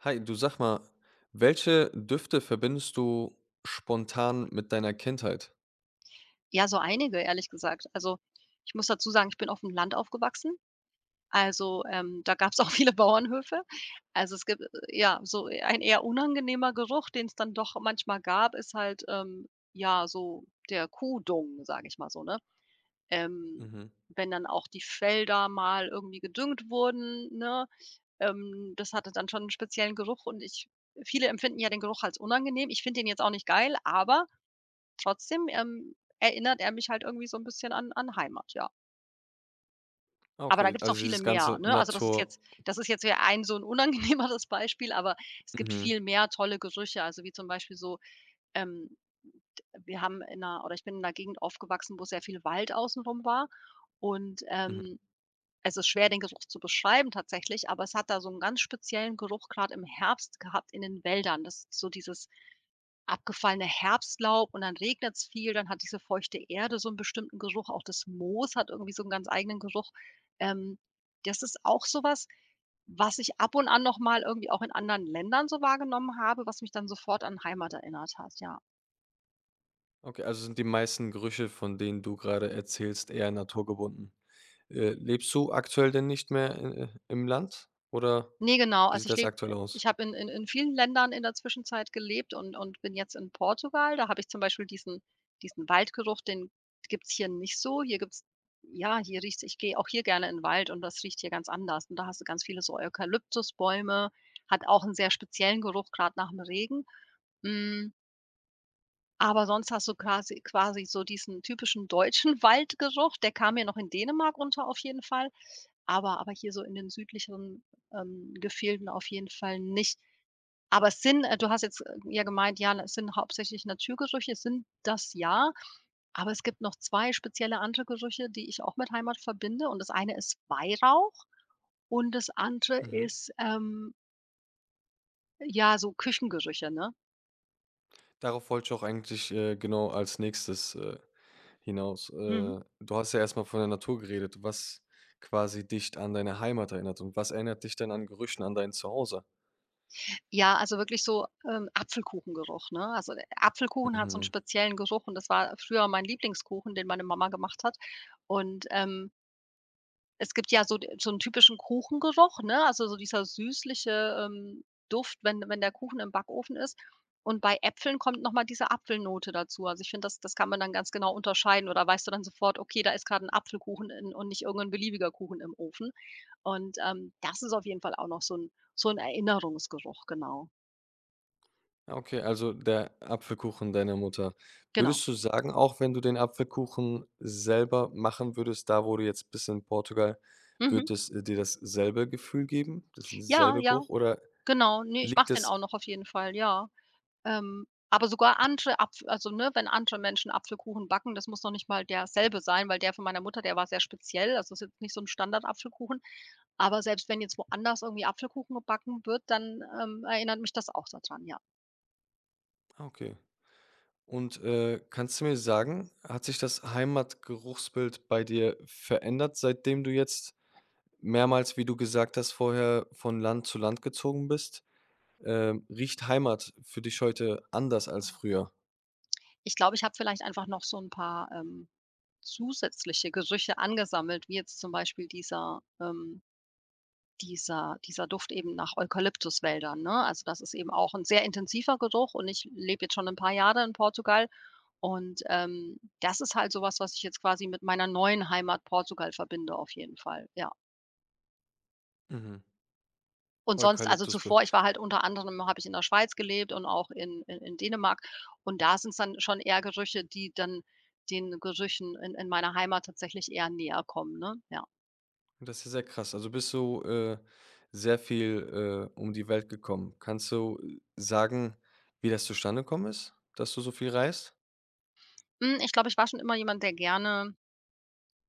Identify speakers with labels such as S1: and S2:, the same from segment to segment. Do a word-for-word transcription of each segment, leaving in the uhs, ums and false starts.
S1: Hi, du sag mal, welche Düfte verbindest du spontan mit deiner Kindheit?
S2: Ja, so einige, ehrlich gesagt. Also, ich muss dazu sagen, ich bin auf dem Land aufgewachsen. Also, ähm, da gab es auch viele Bauernhöfe. Also, es gibt, äh, ja, so ein eher unangenehmer Geruch, den es dann doch manchmal gab, ist halt, ähm, ja, so der Kuhdung, sage ich mal so, ne? Ähm,
S1: Mhm.
S2: wenn dann auch die Felder mal irgendwie gedüngt wurden, ne? Ähm, das hatte dann schon einen speziellen Geruch, und ich viele empfinden ja den Geruch als unangenehm. Ich finde den jetzt auch nicht geil, aber Trotzdem, ähm, erinnert er mich halt irgendwie so 'n bisschen an an Heimat, ja.
S1: Ah,
S2: Aber da
S1: okay,
S2: gibt's noch
S1: also
S2: viele
S1: dieses
S2: mehr,
S1: ganze
S2: ne? Also, das ist
S1: Natur.
S2: jetzt das ist jetzt ja ein so 'n unangenehmeres Beispiel, aber es gibt
S1: Mhm,
S2: viel mehr tolle Gerüche, also, wie zum Beispiel so, ähm, d wir haben in 'ner oder ich bin in 'ner Gegend aufgewachsen, wo sehr viel Wald außenrum war. Und,
S1: mhm.
S2: ähm, es ist schwer, den Geruch zu beschreiben tatsächlich, aber es hat da so 'n ganz speziellen Geruch grad im Herbst gehabt in den Wäldern. Das, so dieses abgefallene Herbstlaub, und dann regnet es viel, dann hat diese feuchte Erde so 'n bestimmten Geruch, auch das Moos hat irgendwie so 'n ganz eigenen Geruch. Ähm, das ist auch so was, was ich ab und an noch mal irgendwie auch in anderen Ländern so wahrgenommen habe, was mich dann sofort an Heimat erinnert hat, ja.
S1: Okay, also sind die meisten Gerüche, von denen du gerade erzählst, eher naturgebunden? Äh, lebst du aktuell denn nicht mehr i i im Land oder
S2: Ne, genau.
S1: wie
S2: Also,
S1: sieht
S2: ich
S1: das
S2: lebe
S1: aktuell
S2: ich
S1: aus?
S2: habe in in in vielen Ländern in der Zwischenzeit gelebt und und bin jetzt in Portugal. Da habe ich zum Beispiel diesen diesen Waldgeruch, den gibt's hier nicht so. Hier gibt's ja, hier riecht's Ich gehe auch hier gerne in 'n Wald, und das riecht hier ganz anders. Und da hast du ganz viele so Eukalyptusbäume, hat auch 'n sehr speziellen Geruch, grad nach 'm Regen. Hm, aber sonst hast du quasi quasi so diesen typischen deutschen Waldgeruch, der kam mir noch in Dänemark unter auf jeden Fall, aber aber hier so in den südlicheren, ähm, Gefilden auf jeden Fall nicht. Aber es sind äh, du hast jetzt, äh, ja, gemeint, ja, es sind hauptsächlich Naturgerüche, es sind das, ja, aber es gibt noch zwei spezielle andere Gerüche, die ich auch mit Heimat verbinde, und das eine ist Weihrauch und das andere
S1: Mhm.
S2: ist, ähm, ja, so Küchengerüche, ne?
S1: Darauf wollte ich auch eigentlich, äh, genau als Nächstes, äh, hinaus. Äh,
S2: Mhm.
S1: du hast ja erst mal von der Natur geredet, was quasi dich an deine Heimat erinnert, und was erinnert dich denn an Gerüchen an dein Zuhause?
S2: Ja, also wirklich so, ähm, Apfelkuchengeruch, ne? Also, der Apfelkuchen hat so 'n
S1: Mhm.
S2: speziellen Geruch, und das war früher mein Lieblingskuchen, den meine Mama gemacht hat. Und, ähm, es gibt ja so d so 'n typischen Kuchengeruch, ne? Also, so dieser süßliche, ähm, Duft, wenn wenn der Kuchen im Backofen ist. Und bei Äpfeln kommt noch mal diese Apfelnote dazu. Also, ich finde, das das kann man dann ganz genau unterscheiden, oder weißt du dann sofort: „Okay, da ist grad 'n Apfelkuchen in und nicht irgend 'n beliebiger Kuchen im Ofen." Und, ähm, das ist auf jeden Fall auch noch so 'n so 'n Erinnerungsgeruch, genau.
S1: Okay, also der Apfelkuchen deiner Mutter.
S2: Genau.
S1: Würdest du sagen, auch wenn du den Apfelkuchen selber machen würdest, da wo du jetzt bist in Portugal,
S2: Mhm.
S1: wird es äh, dir dasselbe Gefühl geben, das
S2: Ja,
S1: selbe
S2: ja,
S1: Geruch oder
S2: genau. Ne, ich mache
S1: liegt
S2: den auch
S1: es?
S2: noch auf jeden Fall, ja. Ähm, aber sogar andere Apf also, ne, wenn andere Menschen Apfelkuchen backen, das muss noch nicht mal derselbe sein, weil der von meiner Mutter, der war sehr speziell. Also, ist jetzt nicht so ein Standard Apfelkuchen. Aber selbst wenn jetzt woanders irgendwie Apfelkuchen gebacken wird, dann, ähm, erinnert mich das auch daran, ja.
S1: Ah, okay. Und, äh, kannst du mir sagen, hat sich das Heimatgeruchsbild bei dir verändert, seitdem du jetzt mehrmals, wie du gesagt hast, vorher von Land zu Land gezogen bist? Ähm, riecht Heimat für dich heute anders als früher?
S2: Ich glaube, ich habe vielleicht einfach noch so ein paar, ähm, zusätzliche Gerüche angesammelt, wie jetzt zum Beispiel dieser, ähm dieser dieser Duft eben nach Eukalyptuswäldern, ne? Also, das ist eben auch ein sehr intensiver Geruch, und ich lebe jetzt schon ein paar Jahre in Portugal, und, ähm, das ist halt so was, was ich jetzt quasi mit meiner neuen Heimat Portugal verbinde auf jeden Fall, ja.
S1: Mhm.
S2: Und sonst, also,
S1: Eukalyptus.
S2: zuvor ich war halt unter anderem habe ich in der Schweiz gelebt, und auch in in in Dänemark, und da sind es dann schon eher Gerüche, die dann den Gerüchen in in meiner Heimat tatsächlich eher näher kommen, ne? Ja.
S1: Das ist ja sehr krass. Also bist du äh, sehr viel äh, um die Welt gekommen. Kannst du äh, sagen, wie das zustande gekommen ist, dass du so viel reist?
S2: Hm, ich glaube, ich war schon immer jemand, der gerne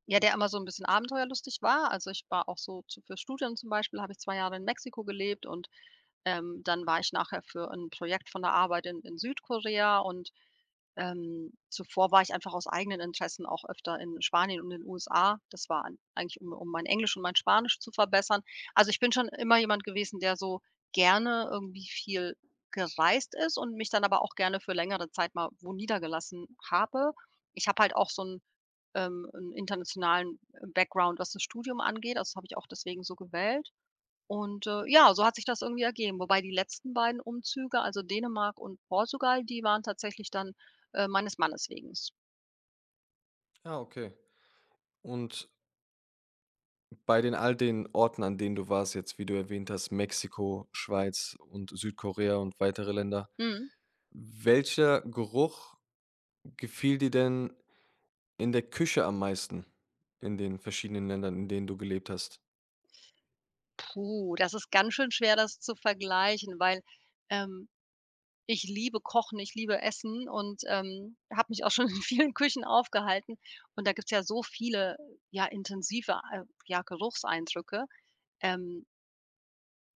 S2: Ja, der immer so 'n bisschen abenteuerlustig war. Also, ich war auch so zu fürs Studium zum Beispiel habe ich zwei Jahre in Mexiko gelebt, und, ähm, dann war ich nachher für 'n Projekt von der Arbeit in in Südkorea, und, ähm, zuvor war ich einfach aus eigenen Interessen auch öfter in Spanien und den U S A. Das war ein eigentlich, um um mein Englisch und mein Spanisch zu verbessern. Also, ich bin schon immer jemand gewesen, der so gerne irgendwie viel gereist ist und mich dann aber auch gerne für längere Zeit mal wo niedergelassen habe. Ich habe halt auch so 'n ähm, 'n internationalen äh, Background, was das Studium angeht. Also, das habe ich auch deswegen so gewählt. Und, äh, ja, so hat sich das irgendwie ergeben. Wobei die letzten beiden Umzüge, also Dänemark und Portugal, die waren tatsächlich dann, äh, meines Mannes wegen.
S1: Ja, okay. Und bei den all den Orten, an denen du warst, jetzt, wie du erwähnt hast, Mexiko, Schweiz und Südkorea und weitere Länder,
S2: Mhm.
S1: welcher Geruch gefiel dir denn in der Küche am meisten in den verschiedenen Ländern, in denen du gelebt hast?
S2: Puh, das ist ganz schön schwer, das zu vergleichen, weil, ähm, ich liebe Kochen, ich liebe Essen, und, ähm, habe mich auch schon in vielen Küchen aufgehalten. Und da gibt's ja so viele, ja, intensive, äh, ja, Geruchseindrücke. Ähm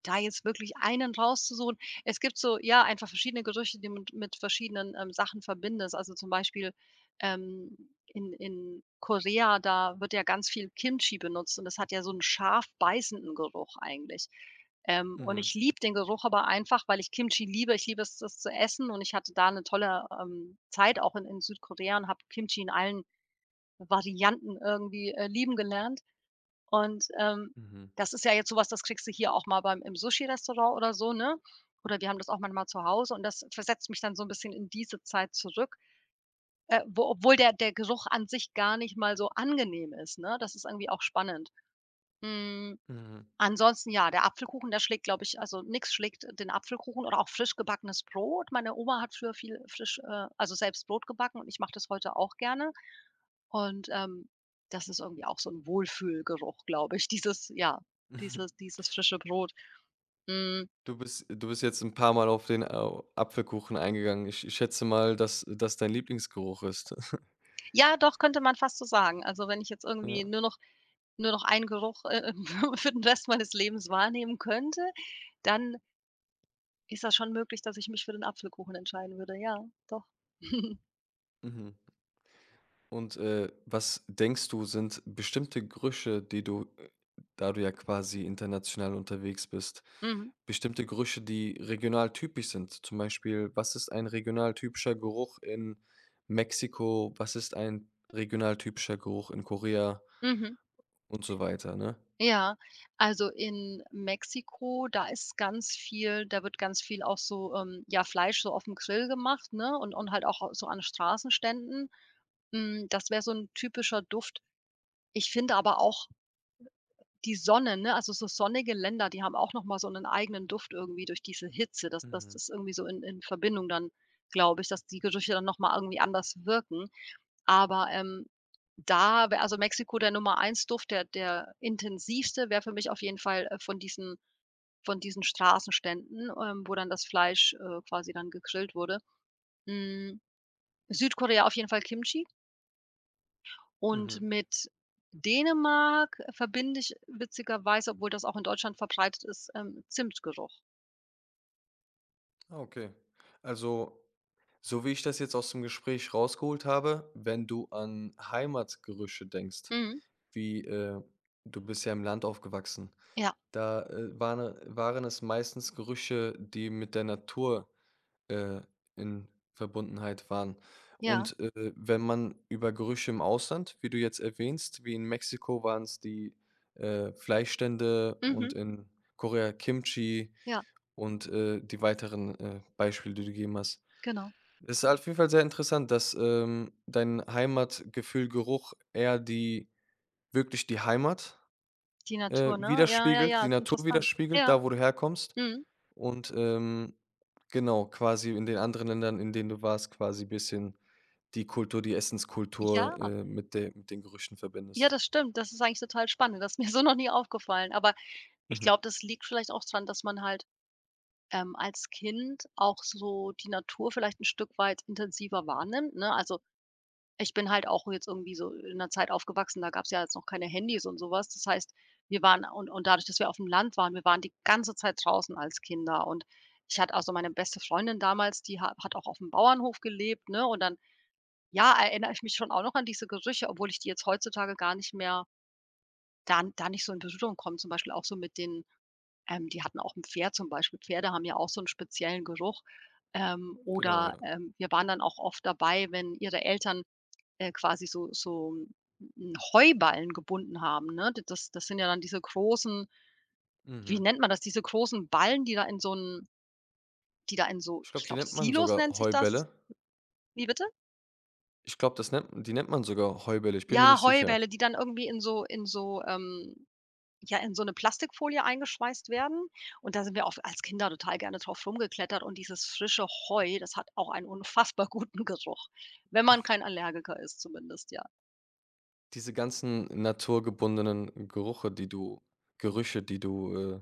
S2: Da jetzt wirklich einen rauszusuchen. Es gibt so, ja, einfach verschiedene Gerüche, die man mit verschiedenen, ähm, Sachen verbindet. Also, zum Beispiel, ähm, in in Korea, da wird ja ganz viel Kimchi benutzt, und das hat ja so einen scharf beißenden Geruch eigentlich. Ähm, und
S1: Mhm.
S2: ich liebe den Geruch aber einfach, weil ich Kimchi liebe. Ich liebe es, das zu essen, und ich hatte da eine tolle, ähm, Zeit auch in in Südkorea, und habe Kimchi in allen Varianten irgendwie, äh, lieben gelernt. Und, ähm,
S1: Mhm.
S2: das ist ja jetzt sowas, das kriegst du hier auch mal beim im Sushi-Restaurant oder so, ne? Oder wir haben das auch manchmal zu Hause, und das versetzt mich dann so ein bisschen in diese Zeit zurück, äh, wo obwohl der der Geruch an sich gar nicht mal so angenehm ist, ne? Das ist irgendwie auch spannend. Mhm.
S1: Mhm.
S2: Ansonsten, ja, der Apfelkuchen, der schlägt, glaube ich, also, nix schlägt den Apfelkuchen, oder auch frisch gebackenes Brot. Meine Oma hat früher viel frisch äh, also, selbst Brot gebacken, und ich mache das heute auch gerne. Und, ähm, das ist irgendwie auch so 'n Wohlfühlgeruch, glaube ich, dieses, ja, dieses dieses frische Brot. Hm,
S1: Du bist du bist jetzt ein paar Mal auf den Au Apfelkuchen eingegangen. Ich ich schätze mal, dass das dein Lieblingsgeruch ist.
S2: ja, doch, könnte man fast so sagen. Also, wenn ich jetzt
S1: Ja,
S2: irgendwie nur noch nur noch einen Geruch, äh, für den Rest meines Lebens wahrnehmen könnte, dann ist das schon möglich, dass ich mich für den Apfelkuchen entscheiden würde. Ja, doch.
S1: mhm. Und, äh, was denkst du, sind bestimmte Gerüche, die du, äh, da du ja quasi international unterwegs bist,
S2: Mhm,
S1: bestimmte Gerüche, die regional typisch sind? Zum Beispiel, was ist ein regional typischer Geruch in Mexiko? Was ist ein regional typischer Geruch in Korea?
S2: mhm.
S1: Und so weiter, ne?
S2: Ja, also in Mexiko, da ist ganz viel da wird ganz viel auch so, ähm, ja, Fleisch so auf dem Grill gemacht, ne, und und halt auch so an Straßenständen. Hm, das wäre so ein typischer Duft. Ich finde aber auch die Sonne, ne, also so sonnige Länder, die haben auch noch mal so einen eigenen Duft irgendwie durch diese Hitze. Das das
S1: Mhm,
S2: ist irgendwie so in in Verbindung dann, glaube ich, dass die Gerüche dann noch mal irgendwie anders wirken. Aber, ähm, da wär, also, Mexiko der Nummer eins Duft, der der intensivste wäre für mich auf jeden Fall, äh, von diesen von diesen Straßenständen, ähm, wo dann das Fleisch, äh, quasi dann gegrillt wurde. Hm, Südkorea auf jeden Fall Kimchi, und
S1: mhm.
S2: mit Dänemark verbinde ich witzigerweise, obwohl das auch in Deutschland verbreitet ist, ähm, Zimtgeruch.
S1: Ah, okay. Also, so wie ich das jetzt aus dem Gespräch rausgeholt habe, wenn du an Heimatgerüche denkst,
S2: Mhm.
S1: wie äh, du bist ja im Land aufgewachsen,
S2: Ja,
S1: da äh, waren, waren es meistens Gerüche, die mit der Natur äh, in Verbundenheit waren.
S2: ja.
S1: Und, äh, wenn man über Gerüche im Ausland, wie du jetzt erwähnst, wie in Mexiko waren es die, äh, Fleischstände und
S2: Mhm.
S1: in Korea Kimchi
S2: Ja,
S1: und, äh, die weiteren, äh, Beispiele, die du gegeben hast.
S2: genau.
S1: Es Ist auf jeden Fall sehr interessant, dass, ähm, dein Heimatgefühl, Geruch eher die wirklich die Heimat
S2: Die
S1: äh,
S2: Natur, ne? Ja, ja,
S1: widerspiegelt,
S2: ja,
S1: die
S2: ist
S1: Natur
S2: interessant.
S1: widerspiegelt,
S2: Ja.
S1: da, wo du herkommst.
S2: Mhm.
S1: Und, ähm, genau, quasi in den anderen Ländern, in denen du warst, quasi ein bisschen die Kultur, die Essenskultur,
S2: Ja.
S1: äh, mit de mit den Gerüchen
S2: Ja,
S1: verbindest.
S2: das stimmt. Das ist eigentlich total spannend. Das ist mir so noch nie aufgefallen. Aber ich
S1: Mhm.
S2: glaube, das liegt vielleicht auch daran, dass man halt, ähm, als Kind auch so die Natur vielleicht ein Stück weit intensiver wahrnimmt, ne? Also, ich bin halt auch jetzt irgendwie so in 'ner Zeit aufgewachsen, da gab es ja jetzt noch keine Handys und sowas. Das heißt, wir waren und und dadurch, dass wir auf dem Land waren, wir waren die ganze Zeit draußen als Kinder. Und ich hatte, also, meine beste Freundin damals, die ha hat auch auf dem Bauernhof gelebt, ne? Und dann, ja, erinnere ich mich schon auch noch an diese Gerüche, obwohl ich die jetzt heutzutage gar nicht mehr da da nicht so in Berührung kommen, zum Beispiel auch so mit den ähm, die hatten auch ein Pferd zum Beispiel. Pferde haben ja auch so einen speziellen Geruch, ähm,
S1: Genau,
S2: oder,
S1: ja.
S2: ähm, wir waren dann auch oft dabei, wenn ihre Eltern, äh, quasi so so 'n Heuballen gebunden haben, ne? Das das sind ja dann diese großen, wie
S1: Mhm.
S2: nennt man das? Diese großen Ballen, die da in so 'n die da in so,
S1: Ich
S2: ich
S1: glaube, die
S2: glaube,
S1: nennt man
S2: Silos
S1: sogar
S2: nennt sich das.
S1: Heubälle.
S2: Wie bitte?
S1: Ich glaube, das nennt die nennt man sogar Heubälle, ich bin mir nicht
S2: Ja,
S1: sicher.
S2: Heubälle, die dann irgendwie in so in so, ähm ja, in so eine Plastikfolie eingeschweißt werden. Und da sind wir auch als Kinder total gerne drauf rumgeklettert und dieses frische Heu, das hat auch einen unfassbar guten Geruch, wenn man kein Allergiker ist zumindest, ja.
S1: Diese ganzen naturgebundenen Gerüche, die du Gerüche, die du, äh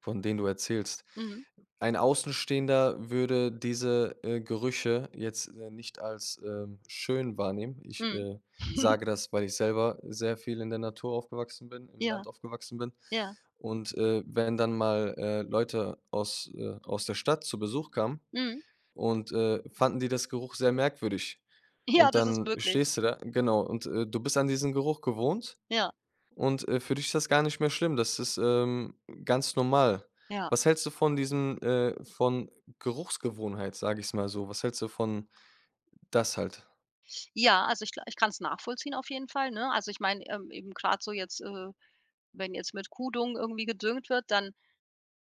S1: von denen du erzählst.
S2: Mhm,
S1: Ein Außenstehender würde diese, äh, Gerüche jetzt, äh, nicht als, ähm, schön wahrnehmen. Ich,
S2: mhm.
S1: äh, sage das, weil ich selber sehr viel in der Natur aufgewachsen bin, im Land
S2: Ja,
S1: aufgewachsen bin.
S2: ja,
S1: Und, äh, wenn dann mal, äh, Leute aus, äh aus der Stadt zu Besuch kamen
S2: mhm.
S1: und, äh, fanden die das Geruch sehr merkwürdig.
S2: Ja,
S1: Und
S2: das ist
S1: dann
S2: möglich.
S1: stehst du da genau, und, äh, du bist an diesen Geruch gewohnt
S2: Ja,
S1: und, äh, für dich ist das gar nicht mehr schlimm. Das ist, ähm, ganz normal.
S2: ja.
S1: Was hältst du von diesem, äh von Geruchsgewohnheit, sage ich's mal so? Was hältst du von das halt?
S2: Ja, also ich gla ich kann es nachvollziehen auf jeden Fall, ne? Also ich meine, ähm, eben gerade so jetzt, äh, wenn jetzt mit Kuhdung irgendwie gedüngt wird, dann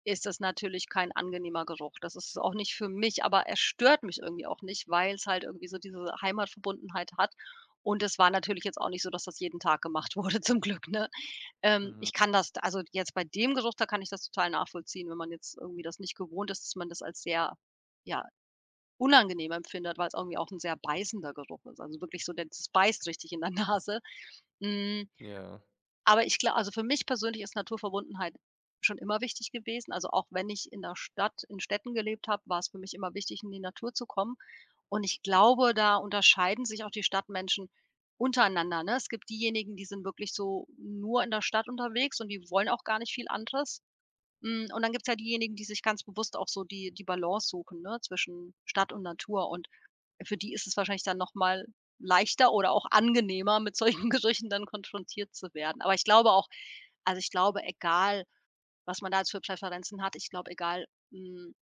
S2: ist das natürlich kein angenehmer Geruch. Das ist es auch nicht für mich, aber er stört mich irgendwie auch nicht, weil es halt irgendwie so diese Heimatverbundenheit hat. Und es war natürlich jetzt auch nicht so, dass das jeden Tag gemacht wurde, zum Glück, ne? Ähm, ich
S1: Mhm.
S2: kann das also jetzt bei dem Geruch, da kann ich das total nachvollziehen, wenn man jetzt irgendwie das nicht gewohnt ist, dass man das als sehr, ja, unangenehm empfindet, weil es irgendwie auch ein sehr beißender Geruch ist. Also wirklich so, der das beißt richtig in der Nase. Hm.
S1: Ja,
S2: Aber ich glaube, also, für mich persönlich ist Naturverbundenheit schon immer wichtig gewesen. Also, auch wenn ich in der Stadt in Städten gelebt habe, war es für mich immer wichtig, in die Natur zu kommen. Und ich glaube, da unterscheiden sich auch die Stadtmenschen untereinander, ne? Es gibt diejenigen, die sind wirklich so nur in der Stadt unterwegs und die wollen auch gar nicht viel anderes. Hm, und dann gibt es ja diejenigen, die sich ganz bewusst auch so die die Balance suchen, ne, zwischen Stadt und Natur. Und für die ist es wahrscheinlich dann noch mal leichter oder auch angenehmer, mit solchen Gerüchen dann konfrontiert zu werden. Aber ich glaube auch, also, ich glaube, egal, was man da jetzt für Präferenzen hat, ich glaube, egal, hm,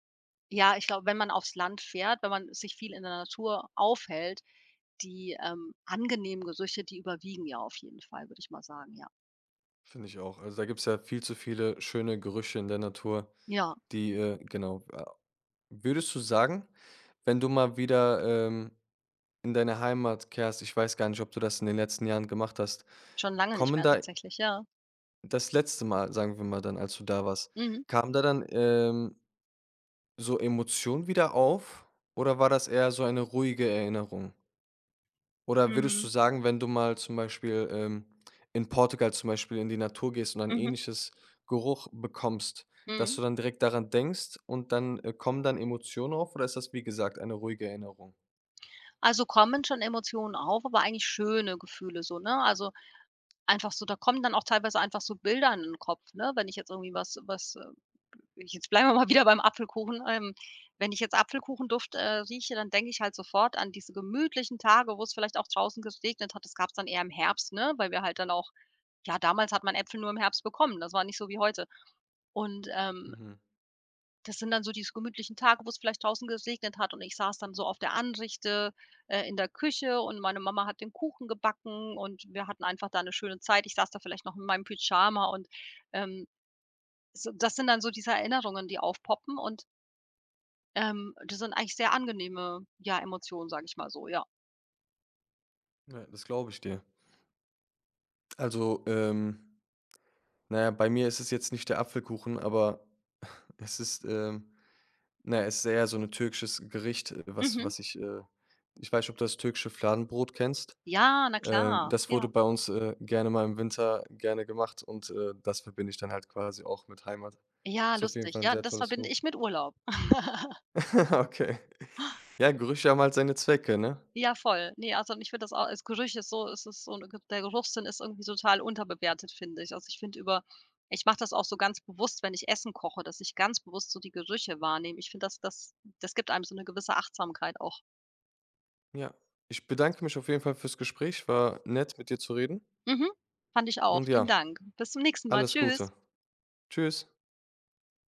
S2: ja, ich glaube, wenn man aufs Land fährt, wenn man sich viel in der Natur aufhält, die, ähm, angenehmen Gerüche, die überwiegen ja auf jeden Fall, würde ich mal sagen, ja.
S1: finde ich auch. Also, da gibt es ja viel zu viele schöne Gerüche in der Natur,
S2: Ja,
S1: die, äh genau. Äh, würdest du sagen, wenn du mal wieder, ähm In deine Heimat kehrst, ich weiß gar nicht, ob du das in den letzten Jahren gemacht hast.
S2: schon lange nicht
S1: Kommen
S2: mehr
S1: da
S2: tatsächlich, ja.
S1: das letzte Mal, sagen wir mal dann, als du da warst,
S2: Mhm.
S1: kamen da dann, ähm, so Emotionen wieder auf, oder war das eher so eine ruhige Erinnerung? Oder würdest du
S2: Mhm.
S1: sagen, wenn du mal zum Beispiel, ähm, in Portugal zum Beispiel in die Natur gehst und ein
S2: Mhm.
S1: ähnliches Geruch bekommst, dass
S2: Mhm.
S1: du dann direkt daran denkst und dann, äh, kommen dann Emotionen auf oder ist das, wie gesagt, eine ruhige Erinnerung?
S2: Also, kommen schon Emotionen auf, aber eigentlich schöne Gefühle so, ne? Also einfach so, da kommen dann auch teilweise einfach so Bilder in den Kopf, ne? Wenn ich jetzt irgendwie was was, äh jetzt bleiben wir mal wieder beim Apfelkuchen, ähm, wenn ich jetzt Apfelkuchenduft, äh, rieche, dann denke ich halt sofort an diese gemütlichen Tage, wo es vielleicht auch draußen geregnet hat. Das gab es dann eher im Herbst, ne, weil wir halt dann auch, ja, damals hat man Äpfel nur im Herbst bekommen. Das war nicht so wie heute. Und, ähm
S1: Mhm.
S2: das sind dann so diese gemütlichen Tage, wo es vielleicht draußen geregnet hat und ich saß dann so auf der Anrichte, äh, in der Küche und meine Mama hat den Kuchen gebacken und wir hatten einfach da eine schöne Zeit. Ich saß da vielleicht noch in meinem Pyjama und, ähm, so das sind dann so diese Erinnerungen, die aufpoppen und, ähm, das sind eigentlich sehr angenehme, ja, Emotionen, sage ich mal so, ja.
S1: Ja, das glaube ich dir. Also, ähm na ja, bei mir ist es jetzt nicht der Apfelkuchen, aber es ist, ähm na ja, es ist eher so ein türkisches Gericht, äh, was
S2: Mhm.
S1: was ich, äh ich weiß nicht, ob du das türkische Fladenbrot kennst?
S2: Ja, na
S1: Ähm,
S2: klar.
S1: das wurde
S2: Ja.
S1: bei uns, äh, gerne mal im Winter gerne gemacht, und, äh, das verbinde ich dann halt quasi auch mit Heimat.
S2: Ja,
S1: Ist auf jeden
S2: lustig.
S1: Fall ein
S2: Ja,
S1: sehr
S2: das
S1: tolles
S2: verbinde
S1: Gericht.
S2: ich mit Urlaub.
S1: Okay. Ja, Gerüche haben halt seine Zwecke, ne?
S2: Ja, voll. Ne, also, und ich finde das auch, als Gerüche ist so, es ist so 'ne, der Geruchssinn ist irgendwie total unterbewertet, finde ich. Also, ich finde über ich mache das auch so ganz bewusst, wenn ich Essen koche, dass ich ganz bewusst so die Gerüche wahrnehme. Ich finde, das das das gibt einem so eine gewisse Achtsamkeit auch.
S1: Ja. Ich bedanke mich auf jeden Fall fürs Gespräch. War nett, mit dir zu reden
S2: Mhm. Fand ich auch.
S1: und
S2: Vielen
S1: ja,
S2: Dank. Bis zum nächsten Mal.
S1: alles
S2: Tschüss.
S1: Gute. Tschüss.